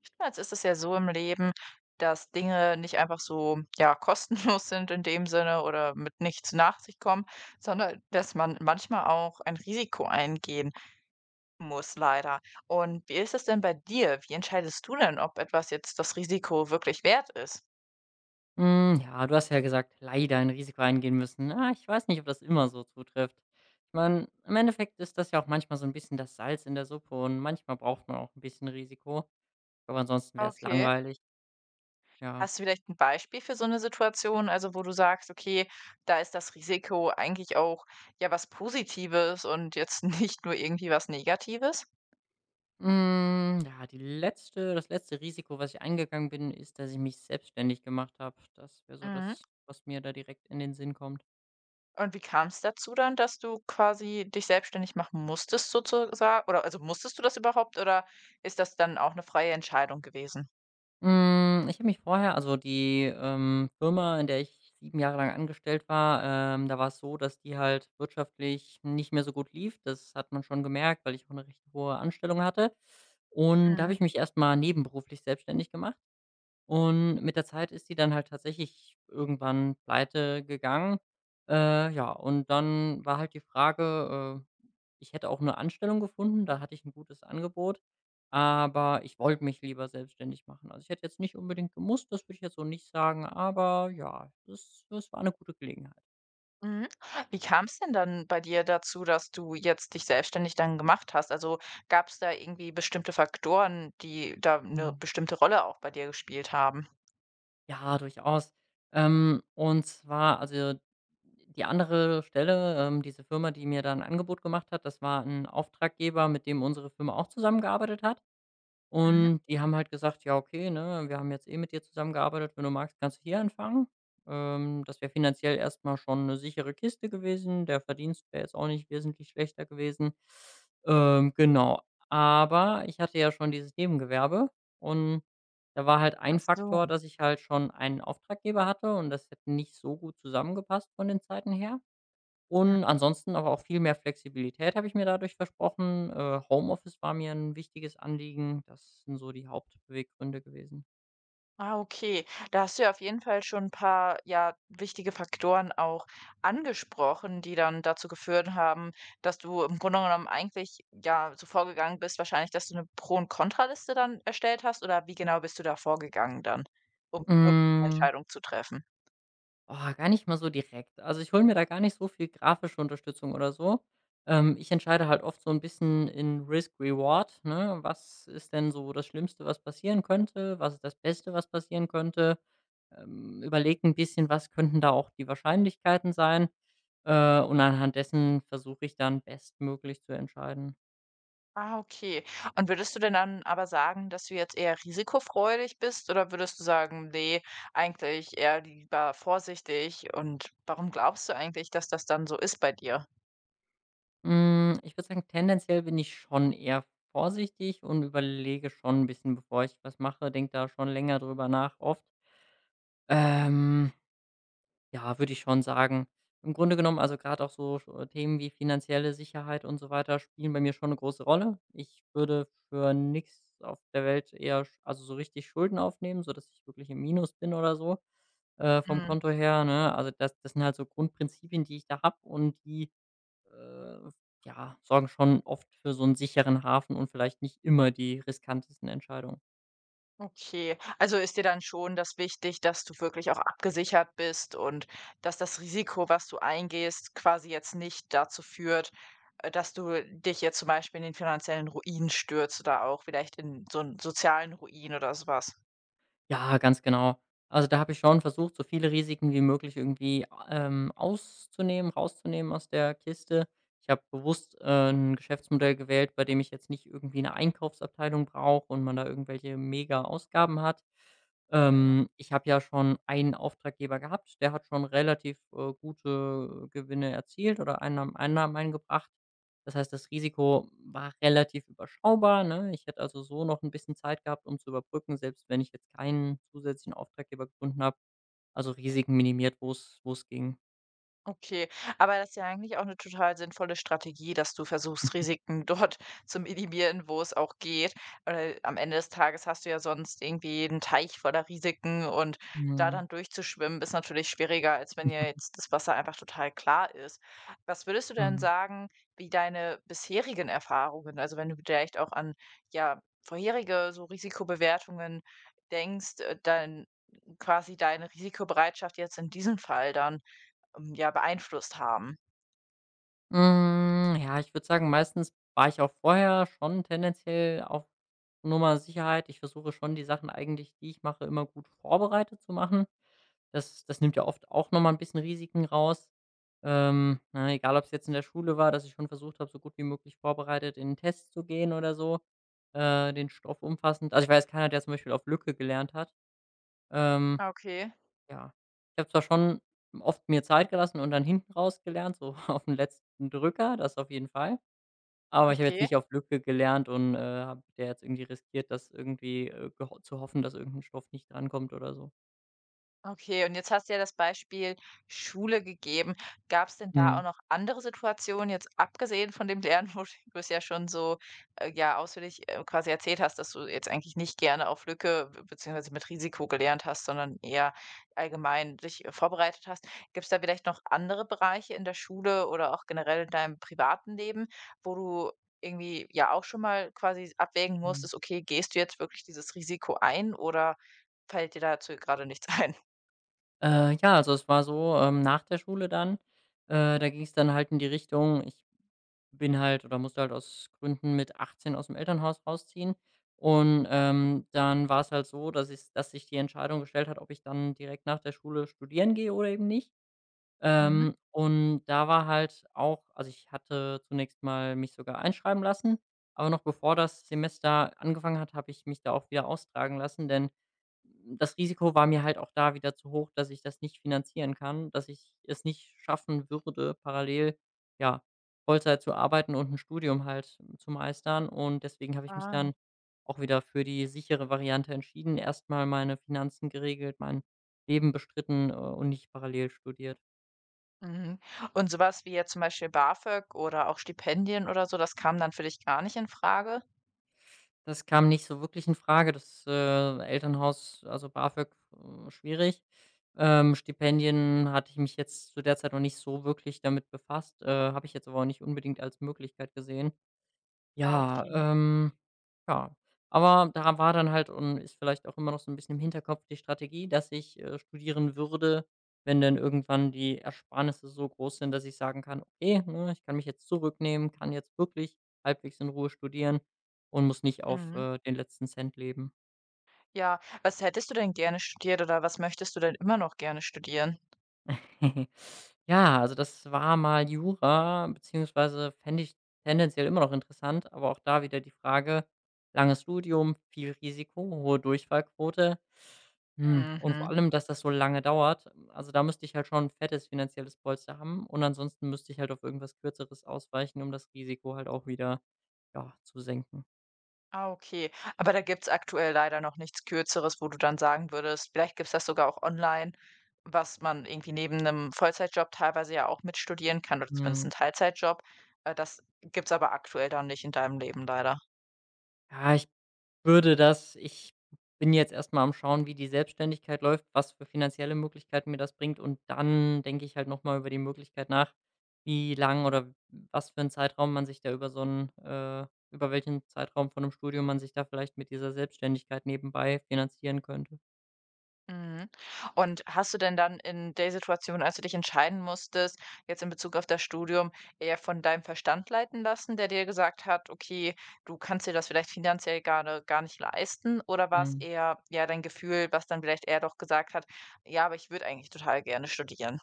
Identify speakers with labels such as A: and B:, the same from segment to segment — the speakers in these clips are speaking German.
A: Oftmals ist es ja so im Leben, dass Dinge nicht einfach so, ja, kostenlos sind in dem Sinne oder mit nichts nach sich kommen, sondern dass man manchmal auch ein Risiko eingehen muss, leider. Und wie ist es denn bei dir? Wie entscheidest du denn, ob etwas jetzt das Risiko wirklich wert ist?
B: Ja, du hast ja gesagt, leider ein Risiko eingehen müssen. Ah, ich weiß nicht, ob das immer so zutrifft. Ich meine, im Endeffekt ist das ja auch manchmal so ein bisschen das Salz in der Suppe, und manchmal braucht man auch ein bisschen Risiko, aber ansonsten wäre es
A: Okay.
B: langweilig, ja.
A: Hast du vielleicht ein Beispiel für so eine Situation, also, wo du sagst: „Okay, da ist das Risiko eigentlich auch, ja, was Positives und jetzt nicht nur irgendwie was Negatives?“
B: Ja, die letzte das letzte Risiko, was ich eingegangen bin, ist, dass ich mich selbstständig gemacht habe. Das wäre so
A: Mhm.
B: das, was mir da direkt in den Sinn kommt.
A: Und wie kam es dazu dann, dass du quasi dich selbstständig machen musstest sozusagen? Oder also musstest du das überhaupt oder ist das dann auch eine freie Entscheidung gewesen?
B: Ich habe mich vorher, also die Firma, in der ich 7 Jahre lang angestellt war, da war es so, dass die halt wirtschaftlich nicht mehr so gut lief. Das hat man schon gemerkt, weil ich auch eine recht hohe Anstellung hatte. Und da habe
A: Mhm.
B: ich mich erst mal nebenberuflich selbstständig gemacht. Und mit der Zeit ist die dann halt tatsächlich irgendwann pleitegegangen. Ja, und dann war halt die Frage ich hätte auch 'ne Anstellung gefunden, da hatte ich ein gutes Angebot, aber ich wollte mich lieber selbstständig machen. Also, ich hätte jetzt nicht unbedingt gemusst, das würde ich jetzt so nicht sagen, aber ja, das war eine gute Gelegenheit.
A: Mhm. Wie kam's denn dann bei dir dazu, dass du jetzt dich selbstständig dann gemacht hast? Also, gab es da irgendwie bestimmte Faktoren, die da eine bestimmte Rolle auch bei dir gespielt haben?
B: Ja, durchaus. Und zwar, also die andere Stelle diese Firma, die mir da 'n Angebot gemacht hat, das war ein Auftraggeber, mit dem unsere Firma auch zusammengearbeitet hat.
A: Mhm.
B: Und die haben halt gesagt: „Ja, okay, ne, wir haben jetzt eh mit dir zusammengearbeitet. Wenn du magst, kannst du hier anfangen.“ Das wäre finanziell erstmal schon eine sichere Kiste gewesen. Der Verdienst wäre jetzt auch nicht wesentlich schlechter gewesen. Genau. Aber ich hatte ja schon dieses Nebengewerbe, und da war halt ein
A: Ach so.
B: Faktor, dass ich halt schon einen Auftraggeber hatte und das hätte nicht so gut zusammengepasst von den Zeiten her. Und ansonsten aber auch viel mehr Flexibilität habe ich mir dadurch versprochen. Homeoffice war mir ein wichtiges Anliegen. Das sind so die Hauptbeweggründe gewesen.
A: Ah, okay. Da hast du ja auf jeden Fall schon ein paar, ja, wichtige Faktoren auch angesprochen, die dann dazu geführt haben, dass du im Grunde genommen eigentlich, ja, so vorgegangen bist wahrscheinlich, dass du eine Pro und Kontraliste dann erstellt hast oder wie genau bist du da vorgegangen dann, um wirklich die
B: Hm.
A: Entscheidung zu treffen?
B: Oh, gar nicht mal so direkt. Also, ich hole mir da gar nicht so viel grafische Unterstützung oder so. Ich entscheide halt oft so ein bisschen in Risk-Reward, ne? Was ist denn so das Schlimmste, was passieren könnte? Was ist das Beste, was passieren könnte? Überlege ein bisschen, was könnten da auch die Wahrscheinlichkeiten sein? Und anhand dessen versuche ich dann bestmöglich zu entscheiden.
A: Ah, okay. Und würdest du denn dann aber sagen, dass du jetzt eher risikofreudig bist oder würdest du sagen: „Nee, eigentlich eher lieber vorsichtig?“ Und warum glaubst du eigentlich, dass das dann so ist bei dir?
B: Ich würde sagen, tendenziell bin ich schon eher vorsichtig und überlege schon ein bisschen, bevor ich was mache, denke da schon länger drüber nach oft. Ähm, ja, würde ich schon sagen. Im Grunde genommen, also gerade auch so sch Themen wie finanzielle Sicherheit und so weiter spielen bei mir schon eine große Rolle. Ich würde für nichts auf der Welt eher sch also so richtig Schulden aufnehmen, sodass ich wirklich im Minus bin oder so vom
A: Mhm.
B: Konto her, ne? Also das sind halt so Grundprinzipien, die ich da habe und die, äh, ja, sorgen schon oft für so einen sicheren Hafen und vielleicht nicht immer die riskantesten Entscheidungen.
A: Okay, also ist dir dann schon das wichtig, dass du wirklich auch abgesichert bist und dass das Risiko, was du eingehst, quasi jetzt nicht dazu führt, dass du dich jetzt zum Beispiel in den finanziellen Ruin stürzt oder auch vielleicht in so einen sozialen Ruin oder so was?
B: Ja, ganz genau. Also, da habe ich schon versucht, so viele Risiken wie möglich irgendwie auszunehmen rauszunehmen aus der Kiste. Ich habe bewusst 'n Geschäftsmodell gewählt, bei dem ich jetzt nicht irgendwie eine Einkaufsabteilung brauche und man da irgendwelche Mega-Ausgaben hat. Ich habe ja schon einen Auftraggeber gehabt, der hat schon relativ gute Gewinne erzielt oder Einnahmen eingebracht. Das heißt, das Risiko war relativ überschaubar, ne? Ich hätte also so noch ein bisschen Zeit gehabt, um zu überbrücken, selbst wenn ich jetzt keinen zusätzlichen Auftraggeber gefunden habe. Also Risiken minimiert, wo es ging.
A: Okay, aber das ist ja eigentlich auch eine total sinnvolle Strategie, dass du versuchst, Risiken dort zu minimieren, wo es auch geht. Weil am Ende des Tages hast du ja sonst irgendwie einen Teich voller Risiken und da
B: Mhm.
A: dann durchzuschwimmen, ist natürlich schwieriger, als wenn ja jetzt das Wasser einfach total klar ist. Was würdest du denn
B: Mhm.
A: sagen, wie deine bisherigen Erfahrungen also, wenn du vielleicht auch an, ja, vorherige so Risikobewertungen denkst, dann quasi deine Risikobereitschaft jetzt in diesem Fall dann? Ja, beeinflusst haben.
B: Ja, ich würde sagen, meistens war ich auch vorher schon tendenziell auf Nummer Sicherheit. Ich versuche schon die Sachen eigentlich, die ich mache, immer gut vorbereitet zu machen. Das nimmt ja oft auch noch mal 'n bisschen Risiken raus. Na, egal ob's jetzt in der Schule war, dass ich schon versucht habe, so gut wie möglich vorbereitet in 'n Test zu gehen oder so den Stoff umfassend. Also, ich war jetzt keiner, der zum Beispiel auf Lücke gelernt hat. Ähm
A: Okay,
B: ja. Ich habe zwar schon oft mir Zeit gelassen und dann hinten raus gelernt, so auf den letzten Drücker, das auf jeden Fall. Aber ich habe jetzt
A: okay.
B: nicht auf Lücke gelernt und habe da jetzt irgendwie riskiert, dass irgendwie, geho zu hoffen, dass irgendein Stoff nicht drankommt oder so.
A: Okay, und jetzt hast du ja das Beispiel Schule gegeben. Gab es denn da
B: Mhm.
A: auch noch andere Situationen, jetzt abgesehen von dem Lernen, wo du es ja schon so, ja, ausführlich, quasi erzählt hast, dass du jetzt eigentlich nicht gerne auf Lücke b beziehungsweise mit Risiko gelernt hast, sondern eher allgemein dich, vorbereitet hast. Gibt es da vielleicht noch andere Bereiche in der Schule oder auch generell in deinem privaten Leben, wo du irgendwie ja auch schon mal quasi abwägen
B: Mhm.
A: musstest: „Okay, gehst du jetzt wirklich dieses Risiko ein“ oder fällt dir dazu gerade nichts ein?
B: Ja, also es war so nach der Schule dann da ging es dann halt in die Richtung, ich bin halt oder musste halt aus Gründen mit 18 dem Elternhaus rausziehen. Und dann war es halt so, dass ich, dass sich die Entscheidung gestellt hat, ob ich dann direkt nach der Schule studieren gehe oder eben nicht.
A: Mhm.
B: Und da war halt auch, also ich hatte zunächst mal mich sogar einschreiben lassen, aber noch bevor das Semester angefangen hat, habe ich mich da auch wieder austragen lassen, denn das Risiko war mir halt auch da wieder zu hoch, dass ich das nicht finanzieren kann, dass ich es nicht schaffen würde, parallel, ja, Vollzeit zu arbeiten und ein Studium halt zu meistern. Und deswegen habe ich mich dann
A: Ah.
B: auch wieder für die sichere Variante entschieden, erst mal meine Finanzen geregelt, mein Leben bestritten und nicht parallel studiert.
A: Mhm. Und sowas wie jetzt zum Beispiel BAföG oder auch Stipendien oder so, das kam dann für dich gar nicht in Frage?
B: Das kam nicht so wirklich in Frage. Das Elternhaus, also BAföG schwierig. Stipendien hatte ich mich jetzt zu der Zeit noch nicht so wirklich damit befasst habe ich jetzt aber auch nicht unbedingt als Möglichkeit gesehen.
A: Ah, okay.
B: Ja, ähm, ja. Aber da war dann halt, und ist vielleicht auch immer noch so ein bisschen im Hinterkopf die Strategie, dass ich studieren würde, wenn dann irgendwann die Ersparnisse so groß sind, dass ich sagen kann: „Okay, ne, ich kann mich jetzt zurücknehmen, kann jetzt wirklich halbwegs in Ruhe studieren und muss nicht auf
A: Mhm.
B: den letzten Cent leben.“
A: Ja, was hättest du denn gerne studiert oder was möchtest du denn immer noch gerne studieren?
B: Ja, also das war mal Jura, beziehungsweise fände ich tendenziell immer noch interessant, aber auch da wieder die Frage: Langes Studium, viel Risiko, hohe Durchfallquote. Und vor
A: Mhm.
B: allem, dass das so lange dauert. Also, da müsste ich halt schon ein fettes finanzielles Polster haben und ansonsten müsste ich halt auf irgendwas Kürzeres ausweichen, um das Risiko halt auch wieder, ja, zu senken.
A: Ah, okay. Aber da gibt's aktuell leider noch nichts Kürzeres, wo du dann sagen würdest, vielleicht gibt's das sogar auch online, was man irgendwie neben einem Vollzeitjob teilweise ja auch mitstudieren kann oder zumindest
B: Mhm.
A: 'n Teilzeitjob. Das gibt's aber aktuell dann nicht in deinem Leben leider.
B: Ja, ich würde das ich bin jetzt erst mal am Schauen, wie die Selbstständigkeit läuft, was für finanzielle Möglichkeiten mir das bringt, und dann denke ich halt noch mal über die Möglichkeit nach, wie lang oder was für einen Zeitraum man sich da über so einen über welchen Zeitraum von 'nem Studium man sich da vielleicht mit dieser Selbstständigkeit nebenbei finanzieren könnte.
A: Mhm. Und hast du denn dann in der Situation, als du dich entscheiden musstest, jetzt in Bezug auf das Studium, eher von deinem Verstand leiten lassen, der dir gesagt hat: „Okay, du kannst dir das vielleicht finanziell grade gar nicht leisten“, oder war es
B: Mhm.
A: eher, ja, dein Gefühl, was dann vielleicht eher doch gesagt hat: „Ja, aber ich würde eigentlich total gerne studieren?“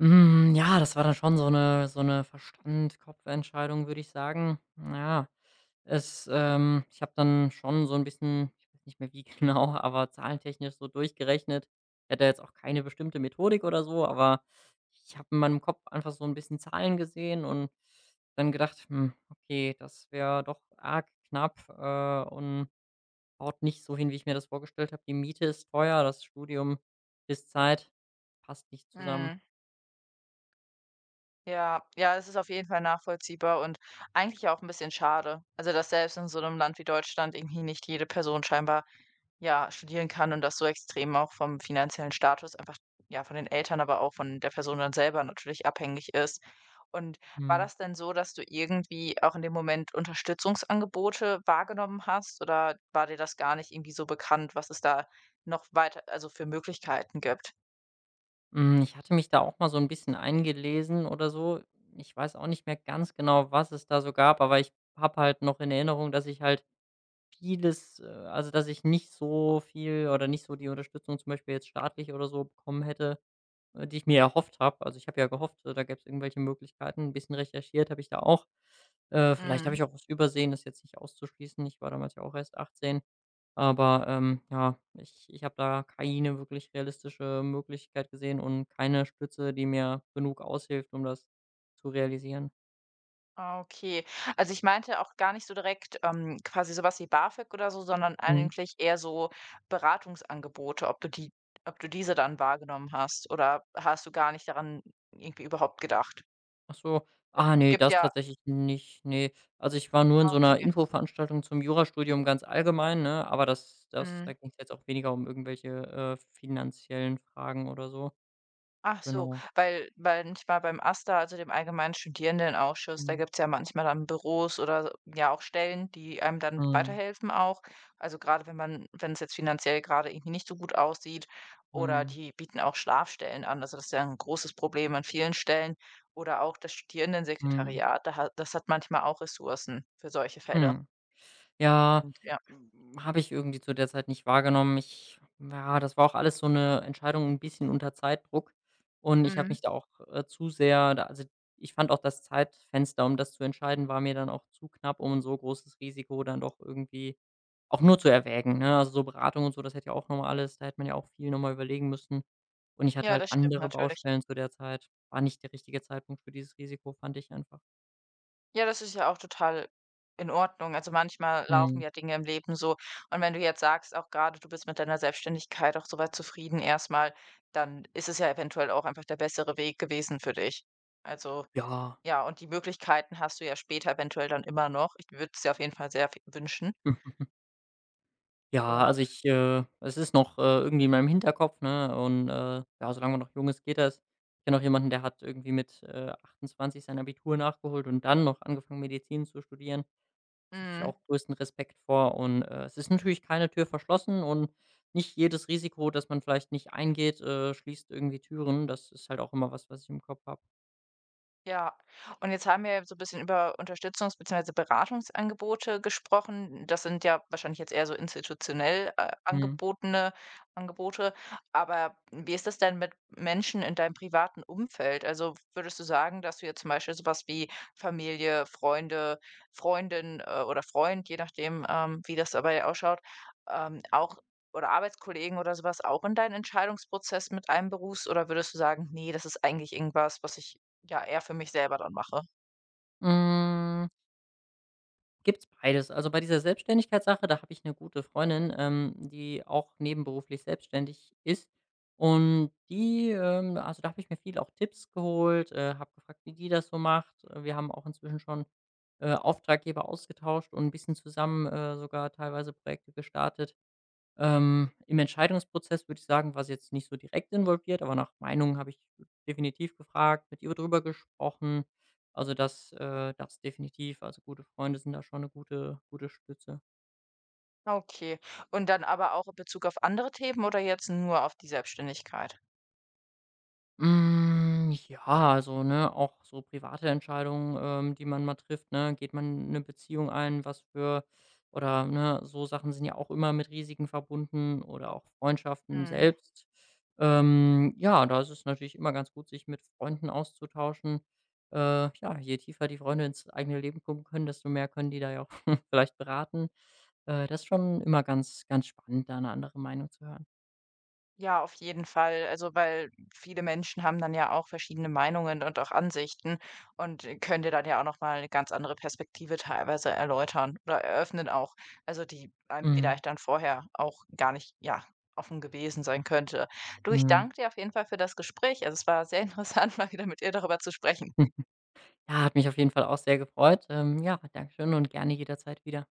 B: Ja, das war dann schon so eine Verstand-Kopf-Entscheidung, würde ich sagen. Ja, es ich habe dann schon so ein bisschen, ich weiß nicht mehr wie genau, aber zahlentechnisch so durchgerechnet. Ich hatte jetzt auch keine bestimmte Methodik oder so, aber ich habe in meinem Kopf einfach so ein bisschen Zahlen gesehen und dann gedacht: „Hm, okay, das wäre doch arg knapp und haut nicht so hin, wie ich mir das vorgestellt habe. Die Miete ist teuer, das Studium ist Zeit, passt nicht zusammen.“
A: Mhm. Ja, ja, es ist auf jeden Fall nachvollziehbar und eigentlich auch ein bisschen schade. Also, dass selbst in so einem Land wie Deutschland irgendwie nicht jede Person scheinbar Ja, studieren kann und das so extrem auch vom finanziellen Status einfach ja, von den Eltern, aber auch von der Person dann selber natürlich abhängig ist. Und war
B: Mhm.
A: das denn so, dass du irgendwie auch in dem Moment Unterstützungsangebote wahrgenommen hast oder war dir das gar nicht irgendwie so bekannt, was es da noch weiter also für Möglichkeiten gibt?
B: Ich hatte mich da auch mal so ein bisschen eingelesen oder so. Ich weiß auch nicht mehr ganz genau, was es da so gab, aber ich habe halt noch in Erinnerung, dass ich halt vieles also, dass ich nicht so viel oder nicht so die Unterstützung zum Beispiel jetzt staatlich oder so bekommen hätte die ich mir erhofft habe. Also, ich habe ja gehofft, äh,, da gäbe es irgendwelche Möglichkeiten. Ein bisschen recherchiert habe ich da auch. Vielleicht habe
A: Mhm.
B: ich auch was übersehen, das ist jetzt nicht auszuschließen. Ich war damals ja auch erst 18. Aber ja, ich habe da keine wirklich realistische Möglichkeit gesehen und keine Stütze, die mir genug aushilft, um das zu realisieren.
A: Ah, okay. Also, ich meinte auch gar nicht so direkt, quasi so was wie BAföG oder so, sondern
B: Mhm.
A: eigentlich eher so Beratungsangebote, ob du die ob du diese dann wahrgenommen hast oder hast du gar nicht daran irgendwie überhaupt gedacht?
B: Ach so.
A: Es
B: Ah, nee,
A: gibt
B: das
A: ja
B: tatsächlich nicht, nee. Also, ich war nur in
A: ah,
B: so einer
A: okay.
B: Infoveranstaltung zum Jurastudium ganz allgemein, ne, aber das da
A: Mhm.
B: ging es jetzt auch weniger um irgendwelche finanziellen Fragen oder so.
A: Ach so,
B: Genau.
A: weil manchmal beim AStA, also dem allgemeinen Studierendenausschuss, da
B: Mhm.
A: gibt's ja manchmal dann Büros oder so, ja auch Stellen, die einem dann
B: Mhm.
A: weiterhelfen auch. Also gerade wenn es jetzt finanziell gerade irgendwie nicht so gut aussieht oder
B: Mhm.
A: die bieten auch Schlafstellen an. Also das ist ja 'n großes Problem an vielen Stellen oder auch das
B: Mhm.
A: Studierendensekretariat, da ha das hat manchmal auch Ressourcen für solche Fälle
B: Mhm. Ja,
A: und ja.
B: hm, habe ich irgendwie zu der Zeit nicht wahrgenommen. Ich Ja, das war auch alles so eine Entscheidung ein bisschen unter Zeitdruck und ich habe
A: Mhm.
B: mich da auch zu sehr da, also ich fand auch das Zeitfenster, um das zu entscheiden, war mir dann auch zu knapp, um 'n so großes Risiko dann doch irgendwie auch nur zu erwägen, ne? Also, so Beratung und so, das hätte ja auch noch mal alles, da hätte man ja auch viel noch mal überlegen müssen und ich hatte
A: Ja,
B: halt
A: das stimmt
B: andere
A: natürlich.
B: Baustellen zu der Zeit. War nicht der richtige Zeitpunkt für dieses Risiko, fand ich einfach.
A: Ja, das ist ja auch total in Ordnung. Also manchmal laufen
B: Mhm.
A: ja Dinge im Leben so. Und wenn du jetzt sagst, auch gerade du bist mit deiner Selbstständigkeit auch so weit zufrieden erstmal, dann ist es ja eventuell auch einfach der bessere Weg gewesen für dich. Also
B: Ja.
A: ja, und die Möglichkeiten hast du ja später eventuell dann immer noch. Ich würde es dir auf jeden Fall sehr wünschen.
B: Ja,
A: Ja.
B: also ich es ist noch irgendwie in meinem Hinterkopf, ne? Und ja, solange man noch jung ist, geht das. Ich kenne auch jemanden, der hat irgendwie mit 28 sein Abitur nachgeholt und dann noch angefangen, Medizin zu studieren. Ich natürlich
A: Mm.
B: auch größten Respekt vor und es ist natürlich keine Tür verschlossen und nicht jedes Risiko, das man vielleicht nicht eingeht schließt irgendwie Türen. Das ist halt auch immer was, was ich im Kopf habe.
A: Ja, und jetzt haben wir ja so ein bisschen über Unterstützungs beziehungsweise Beratungsangebote gesprochen. Das sind ja wahrscheinlich jetzt eher so institutionell,
B: Mhm.
A: angebotene Angebote. Aber wie ist das denn mit Menschen in deinem privaten Umfeld? Also, würdest du sagen, dass du jetzt zum Beispiel sowas wie Familie, Freunde, Freundin, oder Freund, je nachdem, wie das dabei ausschaut, auch oder Arbeitskollegen oder sowas auch in deinen Entscheidungsprozess mit einberufst? Oder würdest du sagen: „Nee, das ist eigentlich irgendwas, was ich ja, eher für mich selber dann mache.“
B: Hm. Gibt's beides. Also, bei dieser Selbstständigkeitssache, da habe ich eine gute Freundin die auch nebenberuflich selbstständig ist, und da habe ich mir viel auch Tipps geholt habe gefragt, wie die das so macht. Wir haben auch inzwischen schon Auftraggeber ausgetauscht und ein bisschen zusammen sogar teilweise Projekte gestartet. Im Entscheidungsprozess würde ich sagen, war sie jetzt nicht so direkt involviert, aber nach Meinung habe ich definitiv gefragt, mit ihr drüber gesprochen. Also das definitiv. Also gute Freunde sind da schon eine gute gute Stütze.
A: Okay. Und dann aber auch in Bezug auf andere Themen oder jetzt nur auf die Selbstständigkeit?
B: Ja, also, ne, auch so private Entscheidungen die man mal trifft, ne? Geht man eine Beziehung ein, was für oder, ne, so Sachen sind ja auch immer mit Risiken verbunden, oder auch Freundschaften
A: Mhm.
B: selbst. Ja, da ist es natürlich immer ganz gut, sich mit Freunden auszutauschen. Ja, je tiefer die Freunde ins eigene Leben gucken können, desto mehr können die da ja auch vielleicht beraten. Das ist schon immer ganz ganz spannend, da eine andere Meinung zu hören.
A: Ja, auf jeden Fall. Also, weil viele Menschen haben dann ja auch verschiedene Meinungen und auch Ansichten und können dir dann ja auch nochmal eine ganz andere Perspektive teilweise erläutern oder eröffnen auch. Also, die einem
B: Mhm,
A: vielleicht dann vorher auch gar nicht, ja, offen gewesen sein könnte. Du, ich
B: mhm.
A: danke dir auf jeden Fall für das Gespräch. Also, es war sehr interessant, mal wieder mit dir darüber zu sprechen.
B: Ja, hat mich auf jeden Fall auch sehr gefreut. Ja, danke schön und gerne jederzeit wieder.